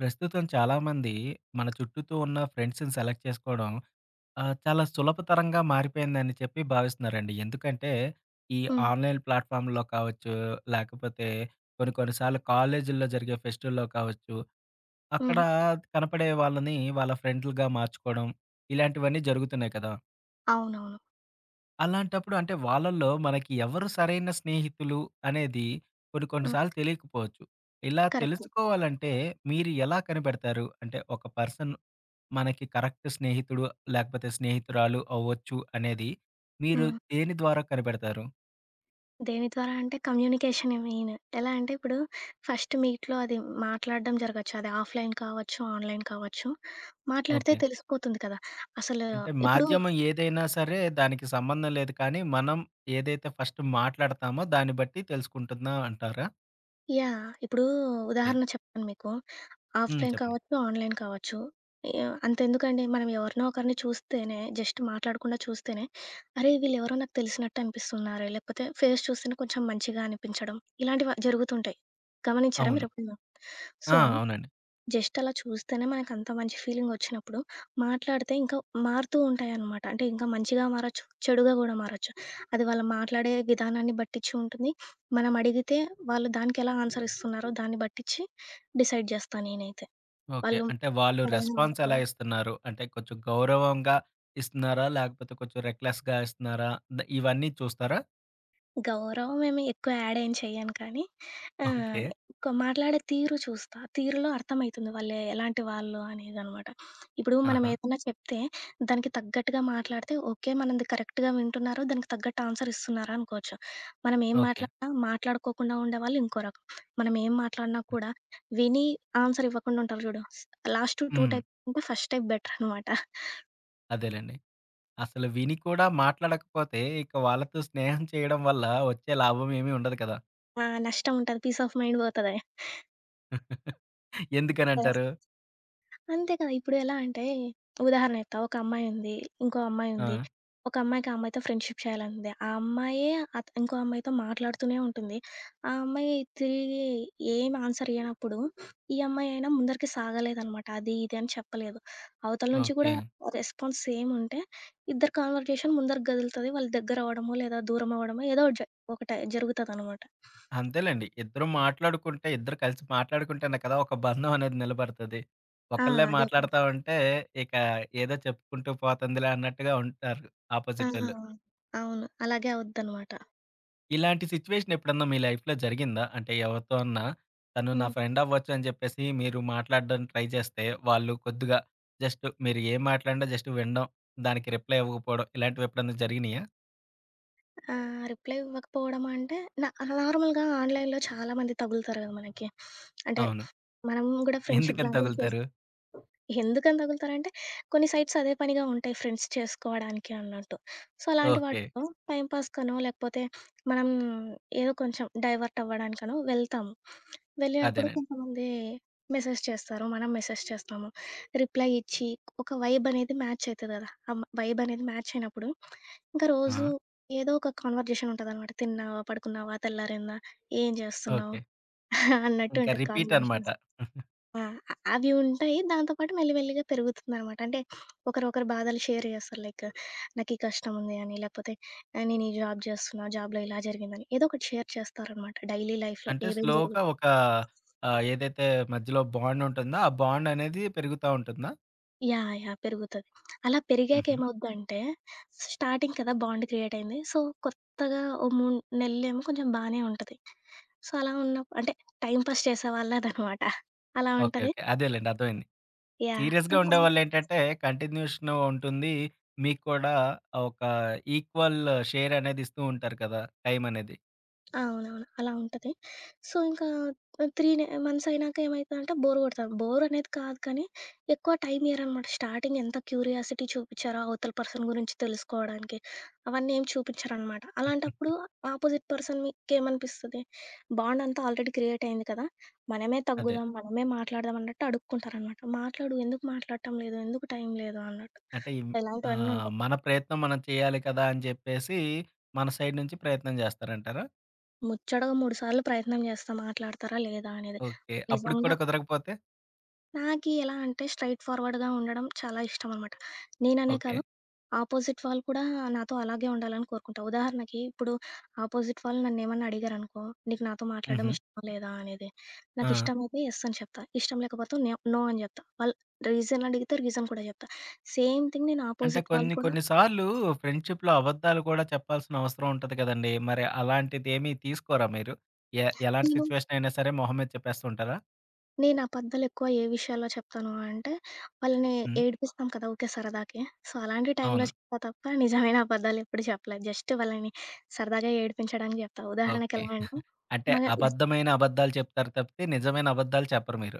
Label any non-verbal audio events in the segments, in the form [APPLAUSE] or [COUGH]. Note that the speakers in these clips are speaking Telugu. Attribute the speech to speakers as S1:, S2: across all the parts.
S1: ప్రస్తుతం చాలామంది మన చుట్టూతో ఉన్న ఫ్రెండ్స్‌ని సెలెక్ట్ చేసుకోవడం చాలా సులభతరంగా మారిపోయిందని చెప్పి భావిస్తున్నారండి. ఎందుకంటే, ఈ
S2: హ్మ్.
S1: ఆన్‌లైన్ ప్లాట్‌ఫామ్‌లో కావచ్చు, లేకపోతే కొన్ని కొన్ని సార్లు కాలేజీల్లో జరిగే ఫెస్టుల్లో కావచ్చు, అక్కడ
S2: హ్మ్.
S1: కనపడే వాళ్ళని వాళ్ళ ఫ్రెండ్లుగా మార్చుకోవడం, ఇలాంటివన్నీ జరుగుతున్నాయి కదా!
S2: అవునవును.
S1: అలాంటప్పుడు అంటే వాళ్ళల్లో మనకి ఎవరు సరైన స్నేహితులు అనేది కొన్ని కొన్ని
S2: హ్మ్.
S1: సార్లు తెలియకపోవచ్చు. ఇలా
S2: కరెక్ట్.
S1: తెలుసుకోవాలంటే మీరు ఎలా కనిపెడతారు? అంటే ఒక పర్సన్ మనకి కరెక్ట్ స్నేహితుడు, లేకపోతే స్నేహితురాలు అవ్వచ్చు అనేది మీరు
S2: హ్మ్.
S1: దేని ద్వారా కనిపెడతారు?
S2: దేని ద్వారా అంటే కమ్యూనికేషనే మెయిన్. ఎలా అంటే ఇప్పుడు ఫస్ట్ మీట్‌లో అది మాట్లాడడం జరగొచ్చు. అది ఆఫ్‌లైన్ కావచ్చు, ఆన్‌లైన్ కావచ్చు. మాట్లాడితే
S1: ఓకే.
S2: తెలిసిపోతుంది కదా! అసలు
S1: అంటే
S2: ఇప్పుడు
S1: మాధ్యమం ఏదైనా సరే దానికి సంబంధం లేదు కానీ, మనం ఏదైతే ఫస్ట్ మాట్లాడతామో దాన్ని బట్టి తెలుసుకుంటుందా అంటారా?
S2: యాహ్! ఇప్పుడు
S1: ఓకే.
S2: ఉదాహరణ చెప్తాను మీకు.
S1: హ్మ్.
S2: ఆఫ్‌లైన్
S1: చెప్పండి.
S2: కావచ్చు, ఆన్‌లైన్ కావచ్చు. యాహ్! అంతెందుకండి, మనం ఎవరినో ఒకరిని చూస్తేనే, జస్ట్ మాట్లాడకుండా చూస్తేనే, అరే! వీళ్ళెవరో నాకు తెలిసినట్టు అనిపిస్తున్నారే, లేకపోతే ఫేస్ చూస్తేనే కొంచెం మంచిగా అనిపించడం, ఇలాంటివి జరుగుతుంటాయి. గమనించారా
S1: అవును.
S2: మీరెప్పుడైనా?
S1: ఆ!
S2: సో,
S1: అవునండి.
S2: జస్ట్ అలా చూస్తేనే మనకంత మంచి ఫీలింగొచ్చినప్పుడు, మాట్లాడితే ఇంకా మారుతూ ఉంటాయనమాట. అంటే ఇంకా మంచిగా మారొచ్చు, చెడుగా గూడా మారొచ్చు. అది వాళ్ళు మాట్లాడే విధానాన్ని బట్టిచ్చి ఉంటుంది. మనం అడిగితే వాళ్ళు దానికెలా ఆన్సర్ ఇస్తున్నారో దాన్ని బట్టిచ్చి డిసైడ్ జేస్తా నేనైతే.
S1: ఓకే.
S2: వాళ్ళు
S1: అంటే వాళ్ళు
S2: రెండు
S1: రెస్పాన్స్ ఎలా
S2: వరకు.
S1: ఇస్తున్నారు? అంటే కొంచెం గౌరవంగా ఇస్తున్నారా? లేకపోతే కొంచెం రెక్లెస్‌గా ఇస్తున్నారా? ఇవన్నీ చూస్తారా?
S2: గౌరవం ఏమి ఎక్కువ యాడ్ ఏం చెయ్యను కానీ, ఆహ్,
S1: ఓకే.
S2: కొ మాట్లాడే తీరు చూస్తా. తీరులో అర్థమైతుంది వాళ్ళు ఎలాంటి వాళ్ళు అనేదనమాట. ఇప్పుడు మనం
S1: ఆహా!
S2: ఏదన్నా చెప్తే దానికి తగ్గట్టుగా మాట్లాడితే ఓకే. మనది కరెక్ట్‌గా వింటున్నారు, దానికి తగ్గట్టు ఆన్సర్ ఇస్తున్నారు అనుకోవచ్చు. మనం ఏం
S1: ఓకే.
S2: మాట్లాడినా మాట్లాడుకోకుండా ఉండేవాళ్ళు ఇంకో రకం. మనం ఏం మాట్లాడినా కూడా విని ఆన్సర్ ఇవ్వకుండా ఉంటారు చూడు. లాస్ట్ 2
S1: హ్మ్.
S2: టైప్ కంటే ఫస్ట్ టైప్ బెటర్ అనమాట.
S1: అదేలెండి. అసలు విని కూడా మాట్లాడకపోతే, ఇక వాళ్ళతో స్నేహం చేయడం వల్ల వచ్చే లాభం ఏమీ ఉండదు కదా!
S2: ఆ! నష్టం ఉంటది. పీస్ ఆఫ్ మైండ్ పోతది.
S1: [LAUGHS] ఎందుకనంటారు?
S2: అంతే కదా! ఇప్పుడు ఎలా అంటే ఉదాహరణ చెప్తా. ఒక అమ్మాయి ఉంది. ఇంకో అమ్మాయి ఉంది.
S1: ఆ!
S2: ఒక అమ్మాయికి ఆ అమ్మాయితో ఫ్రెండ్‌షిప్ చేయాలనుంది. ఆ అమ్మాయే ఇంకో అమ్మాయితో మాట్లాడుతూనే ఉంటుంది. ఆ అమ్మాయి తిరిగి ఏమి ఆన్సర్ ఇయ్యనప్పుడు, ఈ అమ్మాయి అయినా ముందరికి సాగలేదనమాట. అది ఇది అని చెప్పలేదు. అవతల నుంచి కూడా
S1: ఓకే.
S2: రెస్పాన్స్ సేమ్ ఉంటే, ఇద్దరి కన్వర్జేషన్ ముందరికి కదులుతది. వాళ్ళు దగ్గర అవ్వడమో, లేదా దూరం అవ్వడమో ఏదో ఒకటి జరుగుతదనమాట.
S1: అంతేలెండి. ఇద్దరు మాట్లాడుకుంటే, ఇద్దరు కలిసి మాట్లాడుకుంటేనే కదా! ఒక బంధం అనేది నిలబడతది.
S2: ఆ!
S1: ఒకళ్ళే
S2: అదే.
S1: మాట్లాడతా ఉంటే, ఇక ఏదో చెప్పుకుంటూ పోతందిలే అన్నట్టుగా ఉంటారు
S2: ఆ!
S1: ఆపోజిటోళ్ళు.
S2: అవును. అలాగే అవుద్దనమాట.
S1: ఇలాంటి సిట్యుయేషన్ ఎప్పుడన్నా మీ లైఫ్‌లో జరిగిందా? అంటే ఎవరితో అన్నా, తను నా
S2: హ్మ్.
S1: ఫ్రెండ్ అవ్వచ్చు అని చెప్పేసి మీరు మాట్లాడడానికి ట్రై చేస్తే, వాళ్ళు కొద్దిగా జస్ట్ మీరు ఏం మాట్లాడినా జస్ట్ వినడం, దానికి రిప్లై ఇవ్వకపోవడం ఇలాంటివి ఎప్పుడన్నా జరిగినాయా?
S2: ఆ! రిప్లై ఇవ్వకపోవడం అంటే, నా నార్మల్‌గా ఆన్‌లైన్‌లో చాలా మంది తగులుతారు కదా మనకి. అంటే,
S1: అవును.
S2: మనం గూడా ఫ్రెండ్‌షిప్
S1: ఎందుకని
S2: లాంటివి చేస్.
S1: తగులుతారు?
S2: ఎందుకని తగులుతారంటే, కొన్ని సైట్స్ అదే పనిగా ఉంటాయి ఫ్రెండ్స్ చేసుకోవడానికి అన్నట్టు. సో, అలాంటి
S1: ఓకే.
S2: వాటిలో టైంపాస్‌కనో, లేకపోతే మనం ఏదో కొంచెం డైవర్ట్ అవ్వడానికనో వెళ్తాము. వెళ్ళినప్పుడు
S1: అదేనండి.
S2: కొంతమంది మెసేజ్ చేస్తారు. మనం మెసేజ్ చేస్తాము. రిప్లై ఇచ్చి ఒక వైబ్ అనేది మ్యాచ్ అయితది గదా! ఆ వైబ్ అనేది మ్యాచ్ అయినప్పుడు, ఇంక రోజు
S1: ఆ!
S2: ఏదో ఒక కన్వర్జేషన్ ఉంటదనమాట. తిన్నావా? పడుకున్నావా? తెల్లారిందా? ఏం జేస్తున్నావు?
S1: ఓకే.
S2: [LAUGHS] అన్నట్టు
S1: ఇంకా
S2: ఉంటది
S1: రిపీట్ అనమాట.
S2: కాన్వర్జేషన్. ఆ! అవి ఉంటాయి. దాంతో పాటు మెల్లి మెల్లిగా పెరుగుతుందనమాట. అంటే ఒకరొకరు బాధలు షేర్ జేస్తారు. లైక్ నాకీ కష్టముంది అని, లేకపోతే నేను ఈ జాబ్ జేస్తున్నా, జాబ్‌లో ఇలా జరిగిందని ఏదో ఒకటి షేర్ చేస్తారనమాట. డైలీ లైఫ్‌లో
S1: అంటే
S2: ఏమేం
S1: స్లోగా
S2: జరుగుతుంది.
S1: ఒక ఏదైతే మధ్యలో బాండ్ ఉంటుందో, ఆ బాండ్ అనేది పెరుగుతా ఉంటుందా?
S2: యాహ్! యాహ్! పెరుగుతది. అలా పెరిగాక
S1: హుహు.
S2: ఏమవుద్దంటే స్టార్టింగ్ కదా! బాండ్ క్రియేట్ అయింది. సో, కొత్తగా ఓ 3 నెలలేమో కొంచెం బానే ఉంటది. సో, అలా ఉన్నప్పుడు అంటే టైమ్ పాస్ చేసేవాళ్ళదనమాట. అలా
S1: ఓకే.
S2: ఉంటది.
S1: ఓకే. అదేలెండి అర్థమైంది.
S2: యాహ్!
S1: సీరియస్‌గా ఉండేవాళ్ళేంటంటే, కంటిన్యూషన్ ఉంటుంది. మీకు కూడా ఒక ఈక్వల్ షేర్ అనేది ఇస్తూ ఉంటారు కదా! టైం అనేది.
S2: అవునవును. అలా ఉంటది. సో, ఇంకా 3 మంత్స్ అయినాక ఏమైతదంటే బోర్ కొడతది. బోర్ అనేది కాదు కానీ, ఎక్కువ టైం ఇయ్యరనమాట. స్టార్టింగ్ ఎంత క్యూరియాసిటీ చూపిచ్చారో అవతల పర్సన్ గురించి తెలుసుకోవడానికి, అవన్నీ ఏం చూపిచ్చరనమాట. అలాంటప్పుడు ఆపోజిట్ పర్సన్ మీకేమనిపిస్తది? బాండ్ అంతా ఆల్రెడీ క్రియేట్ అయింది కదా! మనమే
S1: అదే.
S2: తగ్గుదాం, మనమే మాట్లాడదాం అన్నట్టు అడుక్కుంటారనమాట. మాట్లాడు, ఎందుకు మాట్లాడటం లేదు? ఎందుకు టైం లేదు? అన్నట్టు.
S1: అంటే
S2: ఇలాంటివన్నీ ఉంటాయి.
S1: మన ప్రయత్నం మనం చేయాలి కదా! అని చెప్పేసి, మన సైడ్ నుంచి ప్రయత్నం చేస్తారంటారా?
S2: ముచ్చటగా 3 సార్లు ప్రయత్నం చేస్తా మాట్లాడతారా లేదా అనేది.
S1: ఓకే. అప్పటికి
S2: నిజంగా
S1: కూడా కుదరకపోతే?
S2: నాకి ఎలా అంటే స్ట్రెయిట్ ఫార్వర్డ్‌గా ఉండడం చాలా ఇష్టమనమాట. నేననే
S1: ఓకే.
S2: కాదు, ఆపోజిట్ వాళ్ళు కూడా నాతో అలాగే ఉండాలని కోరుకుంటా. ఉదాహరణకి ఇప్పుడు ఆపోజిట్ వాళ్ళు నన్నేమన్నా అడిగారనుకో, "నీకు నాతో మాట్లాడడం
S1: హుహు.
S2: ఇష్టమా లేదా?" అనేది.
S1: ఆ!
S2: నాకిష్టమైతే యెస్ అని చెప్తా. ఇష్టం లేకపోతే నో అని జెప్తా. వాళ్ళు రీజన్ అడిగితే రీజన్ కూడా జెప్తా. సేమ్ థింగ్ నేను
S1: అంటే
S2: ఆపోజిట్ వాళ్ళు
S1: కొన్ని
S2: కూడా.
S1: కొన్ని సార్లు ఫ్రెండ్‌షిప్‌లో అబద్ధాలు కూడా చెప్పాల్సిన అవసరం ఉంటది కదండీ! మరి అలాంటిదేమీ తీసుకోరా మీరు? ఎలాంటి
S2: నేను
S1: సిట్యుయేషన్ అయినా సరే మొహం మీద చెప్పేస్తూ ఉంటారా?
S2: నేను అబద్ధాలెక్కువ ఏ విషయాల్లో చెప్తాను అంటే, వాళ్ళని
S1: హ్మ్.
S2: ఏడిపిస్తాం కదా! ఊకే సరదాకి. సో, అలాంటి టైంలో
S1: అవును.
S2: చెప్తా తప్ప నిజమైన అబద్ధాలెప్పుడు చెప్పలేదు. జస్ట్ వాళ్ళని సరదాగా ఏడిపించడానికి చెప్తా.
S1: ఓకే.
S2: ఉదాహరణకెలా అంటే,
S1: అంటే
S2: మన
S1: అబద్ధమైన అబద్ధాలు చెప్తారు తప్పితే, నిజమైన అబద్ధాలు చెప్పరు మీరు.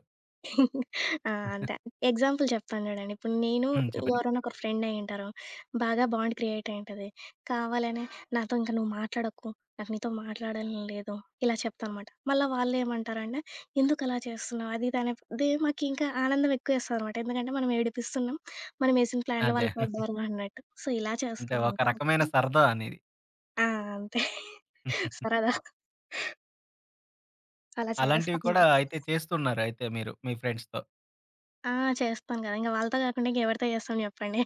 S2: ఆ! అంతే. ఎగ్జాంపుల్ చెప్తాను జూడండి. ఇప్పుడు నేను
S1: హ్మ్. చెప్పండి.
S2: ఎవరైనా ఒకరు ఫ్రెండ్ అయ్యుంటారు. బాగా బాండ్ క్రియేట్ అయ్యుంటది. కావాలనే నాతో ఇంక నువ్వు మాట్లాడకు. నాకు నీతో మాట్లాడాలని లేదు. ఇలా చెప్తానమాట. మళ్ళా వాళ్ళేమంటారంటే, ఎందుకలా చేస్తున్నావు? అది ఇది అనేది మాకింకా ఆనందం ఎక్కువేస్తదనమాట. ఎందుకంటే మనం ఏడిపిస్తున్నాం. మనమేసిన ప్లాన్‌లో
S1: అదే.
S2: వాళ్ళు పడ్డారు అన్నట్టు. సో, ఇలా
S1: అంటే
S2: చేస్తా
S1: ఒక
S2: అంతే
S1: రకమైన
S2: తప్ప
S1: సరదా అనేది.
S2: ఆ! అంతే.
S1: హ్మ్.
S2: సరదా అలా చేస్తా
S1: అలాంటివి కూడా
S2: అనమాట.
S1: అయితే చేస్తున్నారు అయితే మీరు మీ ఫ్రెండ్స్‌తో.
S2: ఆ! చేస్తాను గదా! ఇంక వాళ్ళతో గాకుండా ఇంకెవరితో చేస్తాం జెప్పండి.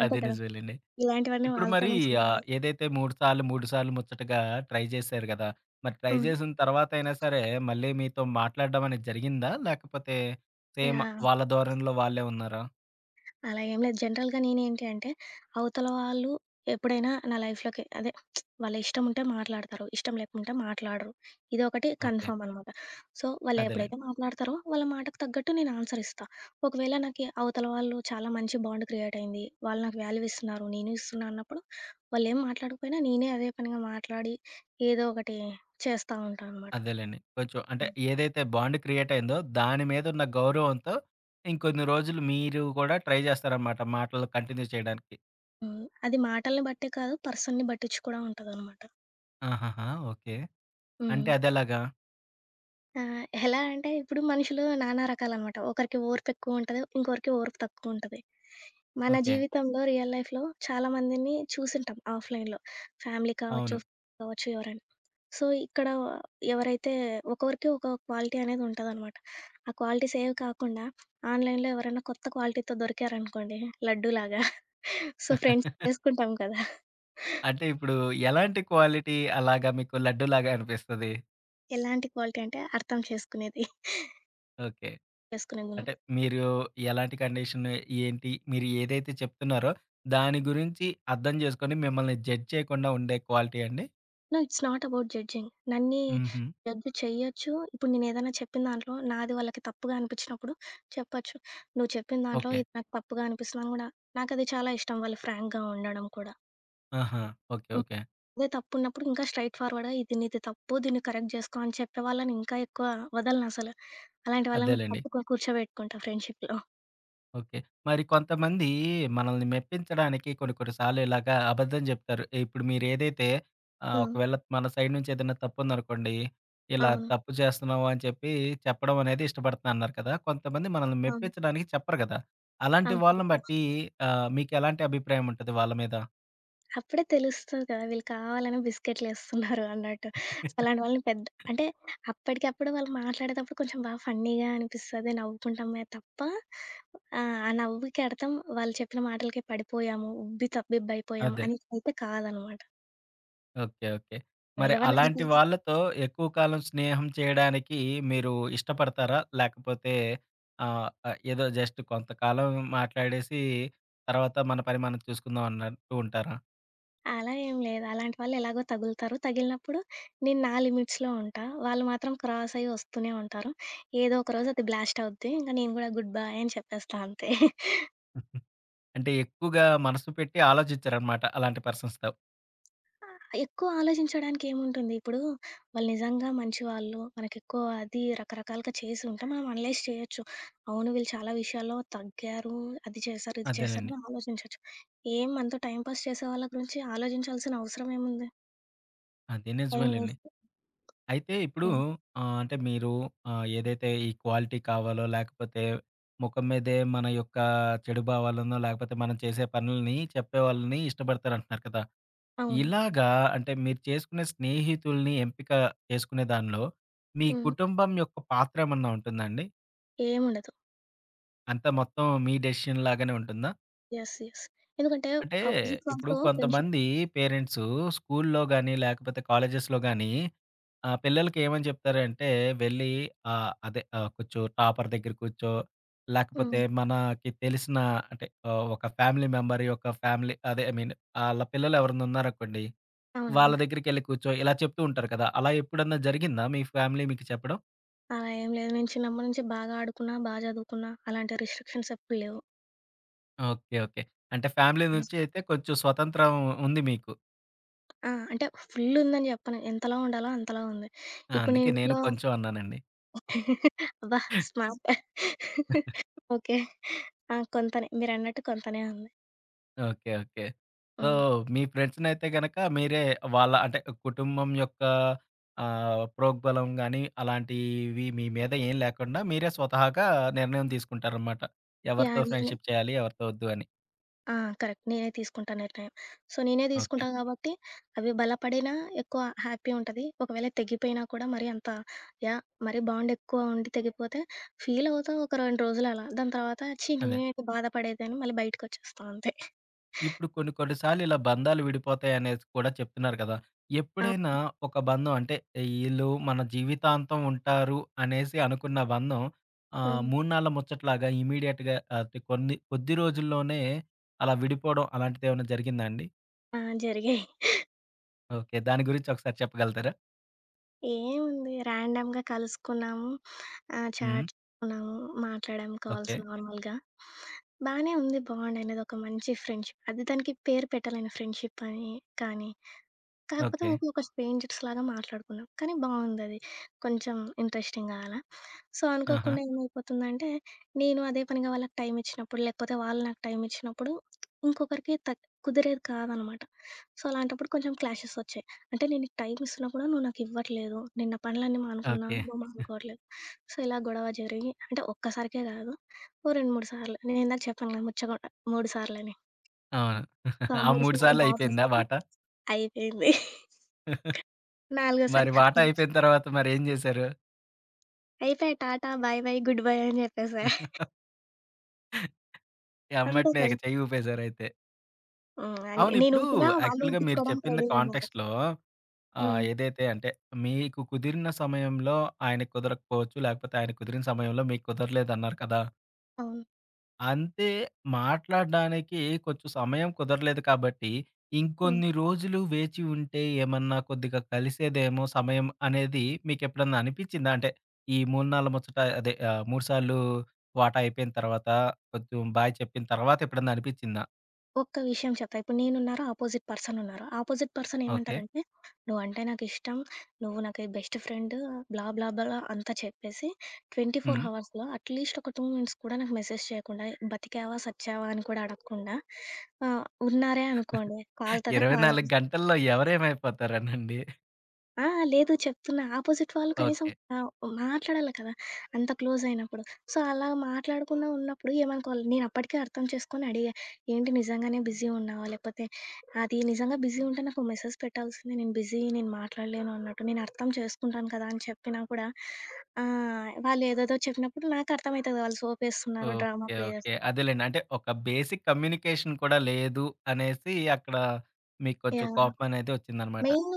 S2: అంతే
S1: అది
S2: కదా!
S1: నిజమేలెండి.
S2: ఇలాంటివన్నీ
S1: ఇప్పుడు మరి
S2: వాళ్ళతోనే చేయాలి.
S1: ఏదైతే 3 సార్లు, 3 సార్లు ముచ్చటగా ట్రై చేశారు గదా! మరి ట్రై
S2: హ్మ్.
S1: చేసిన తర్వాతయినా సరే మళ్ళీ మీతో మాట్లాడడం అనేది జరిగిందా? లేకపోతే సేమ్
S2: యాహ్!
S1: వాళ్ళ ధోరణిలో వాళ్ళే ఉన్నారా?
S2: అలా ఏం లేదు. జనరల్‌గా నేనేంటి అంటే, అవతల వాళ్ళు ఎప్పుడైనా నా లైఫ్‌లోకి అదే వాళ్ళ ఇష్టం ఉంటే మాట్లాడతారు. ఇష్టం లేకుంటే మాట్లాడరు. ఇదొకటి
S1: ఓకే.
S2: కన్ఫర్మ్ అనమాట. సో,
S1: అదేలెండి.
S2: వాళ్ళెప్పుడైతే మాట్లాడతారో వాళ్ళ మాటకు తగ్గట్టు నేను ఆన్సర్ ఇస్తా. ఒకవేళ నాకి అవతల వాళ్ళు చాలా మంచి బాండ్ క్రియేట్ అయింది. వాళ్ళు నాకు వాల్యూ ఇస్తున్నారు, నేను ఇస్తున్నా అన్నప్పుడు వాళ్ళేం మాట్లాడకపోయినా నేనే అదే పనిగా మాట్లాడి ఏదో ఒకటి చేస్తా ఉంటా అనమాట.
S1: అదేలెండి. కొంచెం అంటే ఏదైతే బాండ్ క్రియేట్ అయిందో దాని మీద ఉన్న గౌరవంతో ఇంకొన్ని రోజులు మీరు కూడా ట్రై చేస్తారనమాట మాటలు కంటిన్యూ చేయడానికి.
S2: హ్మ్. అది మాటల్ని బట్టే కాదు, పర్సన్‌ని బట్టిచ్చి కూడా ఉంటదనమాట.
S1: ఆహాహా! ఓకే. అంటే
S2: హ్మ్.
S1: అదెలాగా?
S2: ఎలా అంటే ఇప్పుడు మనుషులు నానా రకాలనమాట. ఒకరికి ఓర్పెక్కువుంటది. ఇంకొకరికి ఓర్పు తక్కువుంటది. మన
S1: ఓకే.
S2: జీవితంలో రియల్ లైఫ్‌లో చాలా మందిని చూసుంటాం ఆఫ్‌లైన్‌లో. ఫ్యామిలీ కావచ్చు,
S1: అవును.
S2: ఫ్రెండ్స్ కావచ్చు ఎవరైనా. సో, ఇక్కడ ఎవరైతే ఒక్కొక్కరికి ఒక క్వాలిటీ అనేదుంటదనమాట. ఆ క్వాలిటీస్ ఏవి కాకుండా ఆన్‌లైన్‌లో ఎవరైనా కొత్త క్వాలిటీతో దొరికారనుకోండి లడ్డూలాగా. సో, ఫ్రెండ్స్
S1: [LAUGHS]
S2: చేసుకుంటాం కదా!
S1: అంటే ఇప్పుడు ఎలాంటి క్వాలిటీ అలాగా మీకు లడ్డూలాగా అనిపిస్తది?
S2: ఎలాంటి క్వాలిటీ అంటే అర్థం చేసుకునేది.
S1: ఓకే.
S2: చేసుకునే గుణం.
S1: అంటే మీరు ఎలాంటి కండిషన్ ఏంటి? మీరు ఏదైతే చెప్తున్నారో దాని గురించి అర్థం చేసుకొని మిమ్మల్ని జడ్జ్ చేయకుండా ఉండే క్వాలిటీ అండి?
S2: No it's not about judging. నన్ని
S1: హుహు.
S2: జడ్జ్ చెయ్యొచ్చు. ఇప్పుడు నేనేదైనా చెప్పిన దాంట్లో నాది వాళ్ళకి తప్పుగా అనిపించినప్పుడు చెప్పొచ్చు. నువ్వు చెప్పిన దాంట్లో
S1: ఓకే.
S2: ఇది నాకు తప్పుగా అనిపిస్తుందని గూడా నాకది చాలా ఇష్టం వాళ్ళు ఫ్రాంక్‌గా ఉండడం కూడా.
S1: ఆహా! ఓకే.
S2: హ్మ్.
S1: ఓకే.
S2: అదే తప్పున్నప్పుడు ఇంకా స్ట్రెయిట్ ఫార్వర్డ్‌గా ఇది నీది తప్పు. దీన్ని కరెక్ట్ జేసుకో అని చెప్పే వాళ్ళని ఇంకా ఎక్కువ వదలనసలు. అలాంటి వాళ్ళని
S1: అదేలెండి.
S2: పట్టుకొని కూర్చోబెట్టుకుంటా ఫ్రెండ్‌షిప్‌లో.
S1: ఓకే. మరి కొంతమంది మనల్ని మెప్పించడానికి కొన్ని కొన్ని సార్లు ఇలాగా అబద్ధం చెప్తారు. ఇప్పుడు మీరేదైతే
S2: హ్మ్.
S1: ఒకవేళ మన సైడ్ నుంచి ఏదైనా తప్పుందనుకోండి, ఇలా
S2: అవును.
S1: తప్పు చేస్తున్నావు అని చెప్పి చెప్పడం అనేది ఇష్టపడుతున్నా అన్నారు కదా! కొంతమంది మనల్ని
S2: అవును.
S1: మెప్పించడానికి చెప్పరు కదా! అలాంటి
S2: అవును.
S1: వాళ్ళని బట్టి మీకెలాంటి అభిప్రాయం ఉంటది వాళ్ళ మీద?
S2: అప్పుడే తెలుస్తది కదా! వీళ్ళు కావాలనే బిస్కెట్‌లేస్తున్నారు అన్నట్టు. సో, అలాంటి
S1: [LAUGHS]
S2: వాళ్ళని పెద్ద అంటే అప్పటికప్పుడు వాళ్ళు మాట్లాడేటప్పుడు కొంచెం బాగా ఫన్నీగా అనిపిస్తది. నవ్వుకుంటామే తప్ప ఆ నవ్వుకి అర్థం వాళ్ళు చెప్పిన మాటలకే పడిపోయాము, ఉబ్బి తబ్బిబ్బయిపోయాము
S1: అదే.
S2: అని అయితే కాదనమాట.
S1: ఓకే. ఓకే. మరి
S2: ఎవరిని
S1: అలాంటి
S2: అనుకున్నా
S1: వాళ్ళతో ఎక్కువ కాలం స్నేహం చేయడానికి మీరు ఇష్టపడతారా? లేకపోతే ఆహ్, ఆహ్, ఏదో జస్ట్ కొంతకాలం మాట్లాడేసి తర్వాత మన పని మనం చూసుకుందాం అన్నట్టు ఉంటారా?
S2: అలా ఏం లేదు. అలాంటి వాళ్ళు ఎలాగో తగులుతారు. తగిలినప్పుడు నేను నా లిమిట్స్‌లో ఉంటా. వాళ్ళు మాత్రం క్రాస్ అయ్యి వస్తూనే ఉంటారు. ఏదో ఒకరోజు అది బ్లాస్ట్ అవుద్ది. ఇంక నేను గూడా గుడ్ బై అని చెప్పేస్తా అంతే.
S1: అంటే ఎక్కువగా మనసు పెట్టి ఆలోచించరనమాట అలాంటి పర్సన్స్‌తో.
S2: ఎక్కువ ఆలోచించడానికి ఏముంటుంది? ఇప్పుడు వాళ్ళు నిజంగా మంచివాళ్ళు, మనకెక్కువ అది రకరకాలుగా చేసి ఉంటే మనం అనలైజ్ చేయొచ్చు. అవును వీళ్ళు చాలా విషయాల్లో తగ్గారు, అది చేశారు, ఇది చేశారు
S1: అదేలెండి.
S2: అని ఆలోచించొచ్చు. ఏం మనతో టైమ్ పాస్ చేసే వాళ్ళ గురించి ఆలోచించాల్సిన అవసరం ఏముంది?
S1: అదే
S2: టైమ్
S1: నిజమేలెండి.
S2: వేస్ట్.
S1: అయితే ఇప్పుడు
S2: హ్మ్.
S1: అంటే మీరు ఏదైతే ఈ క్వాలిటీ కావాలో లేకపోతే ముఖం మీదే మన యొక్క చెడు భావాలనో లేకపోతే మనం చేసే పనుల్ని చెప్పేవాళ్ళని ఇష్టపడతారంటున్నారు కదా!
S2: అవును.
S1: ఇలాగా అంటే మీరు చేసుకునే స్నేహితుల్ని ఎంపిక చేసుకునే దానిలో మీ
S2: హ్మ్.
S1: కుటుంబం యొక్క పాత్ర ఏమన్నా ఉంటుందండి?
S2: ఏముండదు.
S1: అంతా మొత్తం మీ డెసిషన్ లాగానే ఉంటుందా?
S2: యెస్. యెస్. ఎందుకంటే
S1: అంటే
S2: ఆపోజిట్
S1: ఇప్పుడు
S2: వాళ్ళతో ఫ్రెండ్‌షిప్.
S1: కొంతమంది పేరెంట్సు స్కూల్లో గాని, లేకపోతే కాలేజెస్‌లో గాని పిల్లలకి ఏమని చెప్తారంటే వెళ్ళి కూర్చో టాపర్ దగ్గర కూర్చో, లేకపోతే
S2: హ్మ్.
S1: మనకి తెలిసిన అంటే ఒక ఫ్యామిలీ మెంబర్ యొక్క ఫ్యామిలీ అదే ఐ మీన్ ఆళ్ళ పిల్లలు ఎవరైనా ఉన్నారనుకోండి వాళ్ళ
S2: అవునవును.
S1: దగ్గరికెళ్లి కూర్చో, ఇలా చెప్తూ ఉంటారు కదా! అలా ఎప్పుడన్నా జరిగిందా మీ ఫ్యామిలీ మీకు చెప్పడం?
S2: అలా ఏం లేదు. నేను చిన్నప్పటి నుంచి బాగా ఆడుకున్నా, బా చదువుకున్నా అలాంటి రిస్ట్రిక్షన్స్ ఎప్పుడు లేవు.
S1: ఓకే. ఓకే. అంటే ఫ్యామిలీ నుంచి అయితే కొంచెం స్వతంత్రం ఉంది మీకు.
S2: ఆ! అంటే ఫుల్లుందని జెప్పను. ఎంతలా ఉండాలో అంతలా ఉంది.
S1: ఆ!
S2: ఇప్పుడు నేను
S1: అందుకే నేను
S2: ఇంట్లో
S1: కొంచెం అన్నానండి.
S2: [LAUGHS] అబ్బా! స్మార్ట్. ఓకే. ఆ! కొంతనే. మీరన్నట్టు కొంతనే ఉంది.
S1: ఓకే. ఓకే. సో,
S2: హ్మ్.
S1: మీ ఫ్రెండ్స్‌నైతే గనక మీరే వాళ్ళ అంటే కుటుంబం యొక్క ప్రోగ్బలం గాని, అలాంటివి మీ మీద ఏం లేకుండా మీరే స్వతహాగా నిర్ణయం తీసుకుంటారనమాట. ఎవరితో
S2: యాహ్! నేనే
S1: ఫ్రెండ్‌షిప్ చేయాలి? ఎవరితో వద్దు అని.
S2: ఆ! కరెక్ట్. నేనే తీసుకుంటా నిర్ణయం. సో, నేనే
S1: ఓకే.
S2: తీసుకుంటా గాబట్టి అవి బలపడినా ఎక్కువ హ్యాపీ ఉంటది. ఒకవేళ తెగిపోయినా కూడా మరీ అంత యాహ్! మరీ బాండ్ ఎక్కువ ఉండి తెగిపోతే ఫీలవుతా ఒక 2 రోజులలా. దాని తర్వాత ఛీ!
S1: అదే.
S2: నేనేంటి బాధపడేదని మళ్ళీ బయటకొచ్చేస్తా అంతే.
S1: ఇప్పుడు కొన్ని కొన్ని సార్లు ఇలా బంధాలు విడిపోతాయి అనేది కూడా చెప్తున్నారు కదా! ఎప్పుడైనా
S2: అవును.
S1: ఒక బంధం అంటే ఈళ్ళు మన జీవితాంతం ఉంటారు అనేసి అనుకున్న బంధం
S2: హ్మ్.
S1: మూన్నాళ్ళ ముచ్చట్లాగా ఇమ్మీడియేట్‌గా అంటే కొన్ని కొద్ది రోజుల్లోనే అలా విడిపోవడం అలాంటిదేమన్నా జరిగిందా అండి?
S2: ఆ! జరిగాయి.
S1: ఓకే. దాని గురించి ఒకసారి చెప్పగలుగుతారా?
S2: ఏముంది ర్యాండమ్‌గా కలుసుకున్నాము.
S1: హ్మ్.
S2: చాట్ చేసుకున్నాము, మాట్లాడాము కాల్స్
S1: ఓకే.
S2: నార్మల్‌గా. బానే ఉంది బాండ్ అనేది. ఒక మంచి ఫ్రెండ్‌షిప్. అది దానికి పేరు పెట్టలేను ఫ్రెండ్‌షిప్ అని కానీ, కాకపోతే
S1: ఓకే.
S2: ఊకే ఒక స్ట్రేంజర్స్‌లాగా మాట్లాడుకున్నాం. కానీ బావుందది. కొంచెం ఇంట్రెస్టింగ్‌గా అలా. సో,
S1: ఆహా!
S2: అనుకోకుండా ఏమైపోతుందంటే, నేను అదే పనిగా వాళ్ళకి టైమిచ్చినప్పుడు, లేకపోతే వాళ్ళు నాకు టైమిచ్చినప్పుడు ఇంకొకరికి కుదిరేది కాదనమాట. సో, అలాంటప్పుడు కొంచెం క్లాషెసొచ్చాయి. అంటే నేను నీకు టైమిస్తున్నా కూడా నువ్వు నాకివ్వట్లేదు. నేను నా పనులన్నీ మానుకున్నా,
S1: ఓకే.
S2: నువ్వు మానుకోవట్లేదు. సో, ఇలా గొడవ జరిగి అంటే ఒక్కసారికే కాదు. ఓ 2, 3 సార్లు. నేనిందాక చెప్పాను కదా! ముచ్చట 3 సార్లని.
S1: అవును.
S2: సో, ఆ
S1: [LAUGHS] ఆ
S2: 3
S1: 3
S2: సార్లు
S1: సార్లు అయిపోయిందా
S2: దాటేసాక
S1: వాటా?
S2: అయిపోయింది. [LAUGHS]
S1: [LAUGHS]
S2: నాలుగోసారి
S1: మరి వాటా
S2: ఖతం.
S1: అయిపోయిన తర్వాత మరేం జేశారు?
S2: అయిపాయి. Tata, bye bye, good bye అని జెప్పేసా.
S1: [LAUGHS]
S2: అంతే
S1: ఎమ్మటనే
S2: కదా!
S1: ఇక చెయ్యి ఊపేశారయితే.
S2: హ్మ్.
S1: అవును. ఇప్పుడు
S2: నేనూపినా వాళ్ళు
S1: యాక్చువల్‌గా మీరు
S2: ఊపించుకోవడానికి
S1: చెప్పింది
S2: రెడీగున్నారు.
S1: కాంటెక్స్ట్‌లో
S2: హ్మ్.
S1: ఏదైతే అంటే మీకు కుదిరిన సమయంలో ఆయనకి కుదరకపోవచ్చు. లేకపోతే ఆయన కుదిరిన సమయంలో మీకు కుదరలేదన్నారు కదా!
S2: అవును.
S1: అంతే మాట్లాడడానికి కొంచెం సమయం కుదరలేదు కాబట్టి
S2: హ్మ్.
S1: ఇంకొన్ని రోజులు వేచి ఉంటే ఏమన్నా కొద్దిగా కలిసేదేమో సమయం అనేది మీకెప్పుడన్నా అనిపిచ్చిందా? అంటే ఈ 3 నాళ్ళ ముచ్చట అదే 3 సార్లు వాటా అయిపోయిన తర్వాత కొంచెం బాయ్ చెప్పిన తర్వాత ఎప్పుడన్నా అనిపిచ్చిందా?
S2: ఒక్క విషయం చెప్తా. ఇప్పుడు నేనున్నారు, ఆపోజిట్ పర్సనున్నారు. Opposite person
S1: okay.
S2: ఏమంటారంటే, "నువ్వంటే నాకిష్టం. నువ్వు నాకు బెస్ట్ ఫ్రెండ్" బ్లా బ్లా బ్లా అంతా చెప్పేసి 24
S1: హ్మ్.
S2: హవర్స్‌లో అట్‌లీస్ట్ ఒక 2 మినిట్స్ కూడా నాకు మెసేజ్ చేయకుండా, బతికావా? సచ్చావా? అని కూడా అడగకుండా ఆహ్, ఉన్నారే అనుకోండి. కాలుతదా?
S1: 24
S2: కాలదా?
S1: గంటల్లో ఎవరేమైపోతారనండి.
S2: ఆ! లేదు చెప్తున్నా. అపోజిట్ వాళ్ళు కనీసం
S1: ఓకే.
S2: ఆహ్, మాట్లాడాలి కదా! అంత క్లోజ్ అయినప్పుడు. సో, అలా మాట్లాడకుండా ఉన్నప్పుడు ఏమనుకోవాలి, నేనప్పటికే అర్థం చేసుకొని అడిగా. "ఏంటి నిజంగానే బిజీ ఉన్నావా? లేకపోతే అది నిజంగా బిజీ ఉంటే నాకు మెసేజ్ పెట్టాల్సింది. నేను బిజీ, నేను మాట్లాడలేను" అన్నట్టు. నేను అర్థం చేసుకుంటాను కదా! అని చెప్పినా కూడా వాళ్ళు ఏదేదో చెప్పినప్పుడు నాకు అర్థమయితది వాళ్ళు సోపేస్తున్నారు, డ్రామా
S1: ఓకే.
S2: Play
S1: okay.
S2: చేస్తున్నారు.
S1: అదేలెండి. అంటే ఒక బేసిక్ కమ్యూనికేషన్ కూడా లేదు అనేసి అక్కడ మీకు కొంచెం
S2: యాహ్!
S1: కోపమనేది వచ్చిందనమాట.
S2: మెయిన్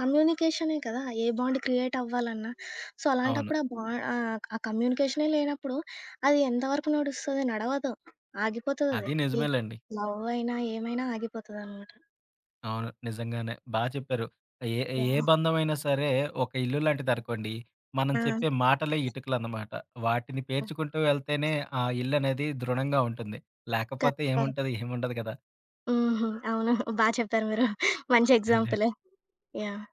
S2: కమ్యూనికేషనే కదా! ఏ బాండ్ క్రియేట్ అవ్వాలన్నా. సో,
S1: అవును.
S2: అలాంటప్పుడు ఆ ఆ కమ్యూనికేషనే లేనప్పుడు అది ఎంతవరకు నడుస్తది? నడవదు. ఆగిపోతదది.
S1: అది
S2: ఈ
S1: నిజమేలెండి.
S2: లవ్ అయినా, ఏమైనా ఆగిపోతదనమాట.
S1: అవును. నిజంగానే. బా చెప్పారు. ఏ ఏ
S2: యాహ్!
S1: బంధమైనా సరే ఒక ఇల్లు లాంటిదనుకోండి. మనం
S2: ఆ!
S1: చెప్పే మాటలే ఇటుకలన్నమాట. వాటిని పేర్చుకుంటూ వెళ్తేనే ఆ ఇల్లనేది దృఢంగా ఉంటుంది.
S2: కరెక్ట్.
S1: లేకపోతే
S2: కరెక్ట్.
S1: ఏముంటది? ఏముండదు కదా!
S2: హుహు. అవును. బా చెప్పారు మీరు. మంచి
S1: అదే.
S2: ఎగ్జాంపులే. యాహ్!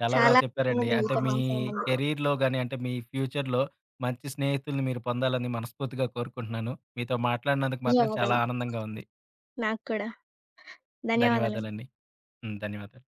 S1: చాలా బాగా
S2: చాలా ఆనందంగా
S1: చెప్పారండి.
S2: ఉంది
S1: అంటే
S2: మీతో
S1: మీ
S2: మాట్లాడినందుకు.
S1: కెరీర్‌లో గాని, అంటే మీ ఫ్యూచర్‌లో మంచి స్నేహితుల్ని మీరు పొందాలని మనస్ఫూర్తిగా కోరుకుంటున్నాను. మీతో మాట్లాడినందుకు మాత్రం చాలా
S2: ధన్యవాదాలు.
S1: ఆనందంగా ఉంది.
S2: నాకు కూడా. ధన్యవాదాలు.
S1: ధన్యవాదాలండి. హ్మ్. ధన్యవాదాలు.